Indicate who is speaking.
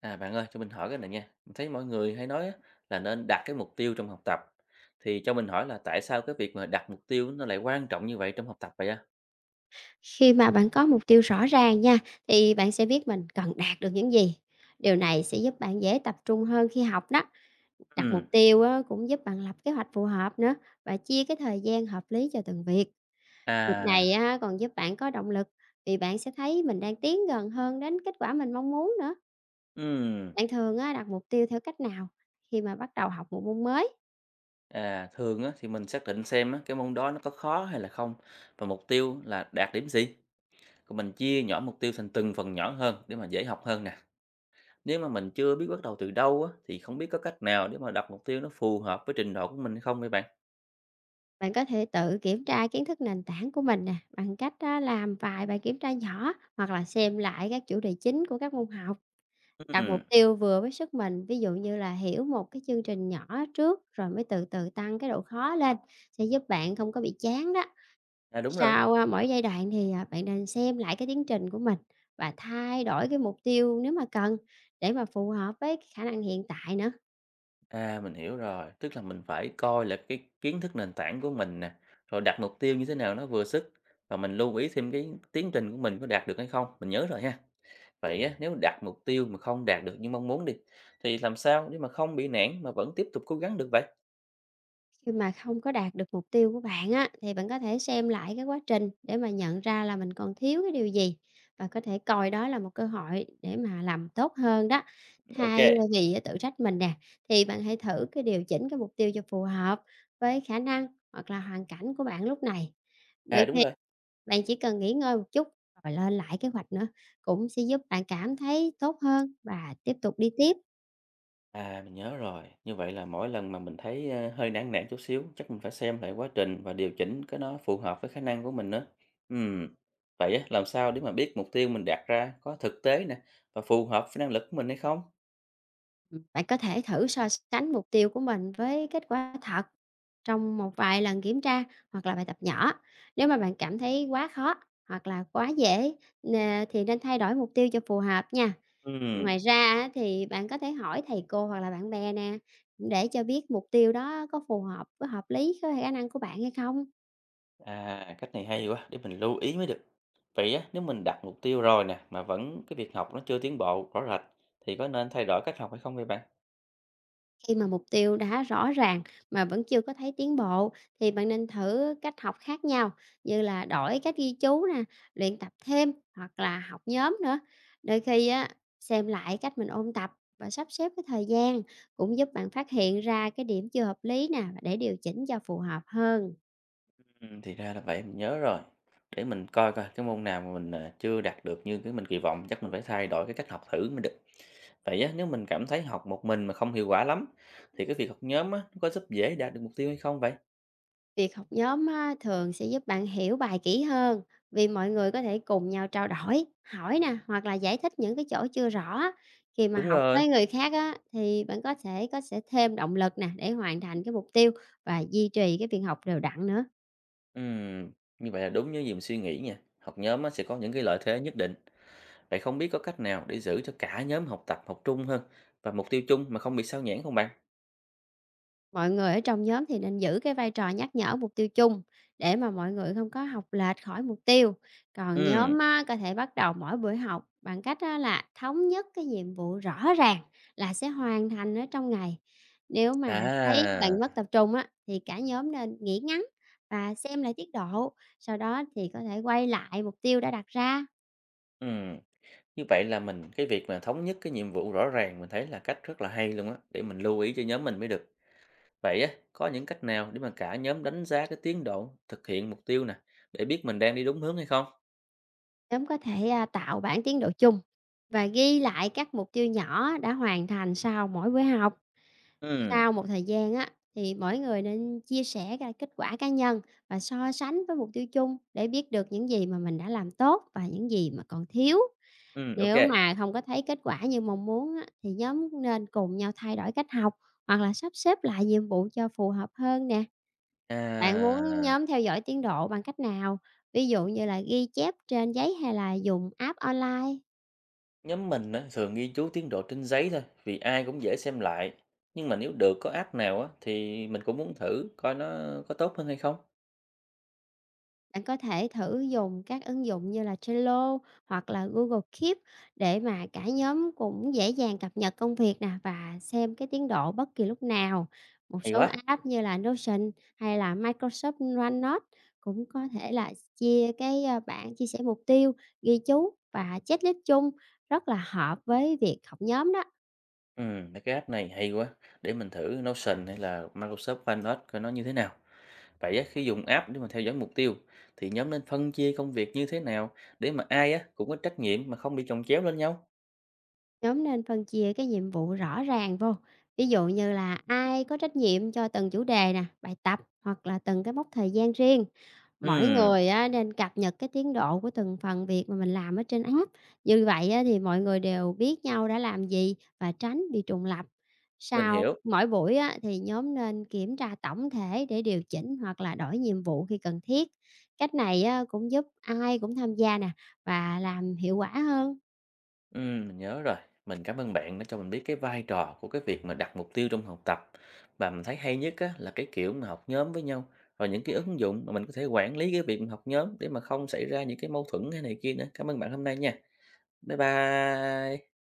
Speaker 1: À bạn ơi, cho mình hỏi cái này nha. Mình thấy mọi người hay nói á, là nên đặt cái mục tiêu trong học tập. Thì cho mình hỏi là tại sao cái việc mà đặt mục tiêu nó lại quan trọng như vậy trong học tập vậy á?
Speaker 2: Khi mà bạn có mục tiêu rõ ràng nha, thì bạn sẽ biết mình cần đạt được những gì. Điều này sẽ giúp bạn dễ tập trung hơn khi học đó. Đặt
Speaker 1: Ừ.
Speaker 2: mục tiêu á, cũng giúp bạn lập kế hoạch phù hợp nữa và chia cái thời gian hợp lý cho từng việc. Việc
Speaker 1: À,
Speaker 2: này á, còn giúp bạn có động lực vì bạn sẽ thấy mình đang tiến gần hơn đến kết quả mình mong muốn nữa.
Speaker 1: ừ.
Speaker 2: Bạn thường á, đặt mục tiêu theo cách nào khi mà bắt đầu học một môn mới?
Speaker 1: À, thường á, thì mình xác định xem á, cái môn đó nó có khó hay là không. Và mục tiêu là đạt điểm gì. Còn mình chia nhỏ mục tiêu thành từng phần nhỏ hơn để mà dễ học hơn nè. Nếu mà mình chưa biết bắt đầu từ đâu á, thì không biết có cách nào để mà đặt mục tiêu nó phù hợp với trình độ của mình hay không vậy bạn?
Speaker 2: Bạn có thể tự kiểm tra kiến thức nền tảng của mình nè, bằng cách á, làm vài bài kiểm tra nhỏ hoặc là xem lại các chủ đề chính của các môn học. Đặt
Speaker 1: Ừ.
Speaker 2: mục tiêu vừa với sức mình, ví dụ như là hiểu một cái chương trình nhỏ trước rồi mới từ từ tăng cái độ khó lên sẽ giúp bạn không có bị chán đó.
Speaker 1: À đúng rồi.
Speaker 2: Sau mỗi giai đoạn thì bạn nên xem lại cái tiến trình của mình và thay đổi cái mục tiêu nếu mà cần để mà phù hợp với khả năng hiện tại nữa.
Speaker 1: À, mình hiểu rồi, tức là mình phải coi là cái kiến thức nền tảng của mình nè, rồi đặt mục tiêu như thế nào nó vừa sức và mình lưu ý thêm cái tiến trình của mình có đạt được hay không, mình nhớ rồi ha. Vậy á, nếu đặt mục tiêu mà không đạt được như mong muốn đi, thì làm sao để mà không bị nản mà vẫn tiếp tục cố gắng được vậy?
Speaker 2: Khi mà không có đạt được mục tiêu của bạn á, thì bạn có thể xem lại cái quá trình để mà nhận ra là mình còn thiếu cái điều gì và có thể coi đó là một cơ hội để mà làm tốt hơn đó.
Speaker 1: Ok,
Speaker 2: Thay vì tự trách mình nè, thì bạn hãy thử cái điều chỉnh cái mục tiêu cho phù hợp với khả năng hoặc là hoàn cảnh của bạn lúc này.
Speaker 1: à
Speaker 2: Đôi
Speaker 1: đúng
Speaker 2: khi
Speaker 1: rồi.
Speaker 2: bạn chỉ cần nghỉ ngơi một chút rồi lên lại kế hoạch nữa cũng sẽ giúp bạn cảm thấy tốt hơn và tiếp tục đi tiếp.
Speaker 1: À, mình nhớ rồi. Như vậy là mỗi lần mà mình thấy, ơ, hơi nản nản chút xíu, chắc mình phải xem lại quá trình và điều chỉnh cái nó phù hợp với khả năng của mình nữa. Ừm, vậy á, làm sao để mà biết mục tiêu mình đặt ra có thực tế nè, và phù hợp với năng lực của mình hay không?
Speaker 2: Bạn có thể thử so sánh mục tiêu của mình với kết quả thật trong một vài lần kiểm tra hoặc là bài tập nhỏ. Nếu mà bạn cảm thấy quá khó hoặc là quá dễ nè, thì nên thay đổi mục tiêu cho phù hợp nha.
Speaker 1: Ừm,
Speaker 2: Ngoài ra á, thì bạn có thể hỏi thầy cô hoặc là bạn bè nè để cho biết mục tiêu đó có phù hợp với hợp lý với khả năng của bạn hay không.
Speaker 1: à, cách này hay quá, để mình lưu ý mới được. Vậy á, nếu mình đặt mục tiêu rồi nè, mà vẫn cái việc học nó chưa tiến bộ rõ rệt, thì có nên thay đổi cách học hay không vậy bạn?
Speaker 2: Khi mà mục tiêu đã rõ ràng mà vẫn chưa có thấy tiến bộ thì bạn nên thử cách học khác nhau như là đổi cách ghi chú nè, luyện tập thêm hoặc là học nhóm nữa. Đôi khi á, xem lại cách mình ôn tập và sắp xếp cái thời gian cũng giúp bạn phát hiện ra cái điểm chưa hợp lý nè để điều chỉnh cho phù hợp hơn.
Speaker 1: Thì ra là vậy, mình nhớ rồi. Để mình coi coi cái môn nào mà mình, à, chưa đạt được như cái mình kỳ vọng, chắc mình phải thay đổi cái cách học thử mới được. Vậy á, nếu mình cảm thấy học một mình mà không hiệu quả lắm, thì cái việc học nhóm á, nó có giúp dễ đạt được mục tiêu hay không vậy?
Speaker 2: Việc học nhóm á, thường sẽ giúp bạn hiểu bài kỹ hơn vì mọi người có thể cùng nhau trao đổi, hỏi nè hoặc là giải thích những cái chỗ chưa rõ. Khi mà
Speaker 1: Đúng
Speaker 2: học
Speaker 1: rồi,
Speaker 2: với người khác á, thì bạn có thể có sẽ thêm động lực nè để hoàn thành cái mục tiêu và duy trì cái việc học đều đặn nữa.
Speaker 1: ừm, như vậy là đúng như gì mình suy nghĩ nha. Học nhóm á, sẽ có những cái lợi thế nhất định. Vậy không biết có cách nào để giữ cho cả nhóm học tập học trung hơn và mục tiêu chung mà không bị sao nhãng không bạn?
Speaker 2: Mọi người ở trong nhóm thì nên giữ cái vai trò nhắc nhở mục tiêu chung để mà mọi người không có học lệch khỏi mục tiêu. Còn
Speaker 1: Ừm,
Speaker 2: nhóm á, có thể bắt đầu mỗi buổi học bằng cách á, là thống nhất cái nhiệm vụ rõ ràng là sẽ hoàn thành ở trong ngày. Nếu mà thấy
Speaker 1: à,
Speaker 2: bạn mất tập trung á, thì cả nhóm nên nghỉ ngắn và xem lại tiết độ. Sau đó thì có thể quay lại mục tiêu đã đặt ra.
Speaker 1: ừm. Như vậy là mình cái việc mà thống nhất cái nhiệm vụ rõ ràng mình thấy là cách rất là hay luôn á, để mình lưu ý cho nhóm mình mới được. Vậy á, có những cách nào để mà cả nhóm đánh giá cái tiến độ thực hiện mục tiêu nè, để biết mình đang đi đúng hướng hay không?
Speaker 2: Nhóm có thể tạo bản tiến độ chung và ghi lại các mục tiêu nhỏ đã hoàn thành sau mỗi buổi học.
Speaker 1: ừ
Speaker 2: Sau một thời gian á, thì mỗi người nên chia sẻ cái kết quả cá nhân và so sánh với mục tiêu chung để biết được những gì mà mình đã làm tốt và những gì mà còn thiếu.
Speaker 1: ừ, ok.
Speaker 2: Nếu mà không có thấy kết quả như mong muốn á, thì nhóm nên cùng nhau thay đổi cách học hoặc là sắp xếp lại nhiệm vụ cho phù hợp hơn nè. Bạn muốn
Speaker 1: À,
Speaker 2: nhóm theo dõi tiến độ bằng cách nào? Ví dụ như là ghi chép trên giấy hay là dùng app online?
Speaker 1: nhóm mình á, thường ghi chú tiến độ trên giấy thôi, vì ai cũng dễ xem lại. Nhưng mà nếu được có app nào á, thì mình cũng muốn thử coi nó có tốt hơn hay không.
Speaker 2: Bạn có thể thử dùng các ứng dụng như là Trello hoặc là Google Keep để mà cả nhóm cũng dễ dàng cập nhật công việc nè và xem cái tiến độ bất kỳ lúc nào. Một
Speaker 1: Hay
Speaker 2: số
Speaker 1: quá.
Speaker 2: app như là Notion hay là Microsoft OneNote cũng có thể là chia cái bảng chia sẻ mục tiêu, ghi chú và checklist chung rất là hợp với việc học nhóm đó.
Speaker 1: Ừ, mấy cái app này hay quá. Để mình thử Notion hay là Microsoft OneNote coi nó như thế nào. Vậy á, khi dùng app để mà theo dõi mục tiêu thì nhóm nên phân chia công việc như thế nào để mà ai á cũng có trách nhiệm mà không bị chồng chéo lên nhau?
Speaker 2: Nhóm nên phân chia cái nhiệm vụ rõ ràng vô, ví dụ như là ai có trách nhiệm cho từng chủ đề nè, bài tập hoặc là từng cái mốc thời gian riêng. Mỗi
Speaker 1: Ừm,
Speaker 2: người á, nên cập nhật cái tiến độ của từng phần việc mà mình làm ở trên app. Như vậy á, thì mọi người đều biết nhau đã làm gì và tránh bị trùng lặp.
Speaker 1: mình
Speaker 2: Sau
Speaker 1: hiểu.
Speaker 2: mỗi buổi á, thì nhóm nên kiểm tra tổng thể để điều chỉnh hoặc là đổi nhiệm vụ khi cần thiết. Cách này á, cũng giúp ai cũng tham gia nè và làm hiệu quả hơn.
Speaker 1: Mình nhớ rồi. Mình cảm ơn bạn đã cho mình biết cái vai trò của cái việc mà đặt mục tiêu trong học tập. Và mình thấy hay nhất á là cái kiểu mà học nhóm với nhau và những cái ứng dụng mà mình có thể quản lý cái việc mà học nhóm để mà không xảy ra những cái mâu thuẫn hay này kia nữa. Cảm ơn bạn hôm nay nha. Bye bye.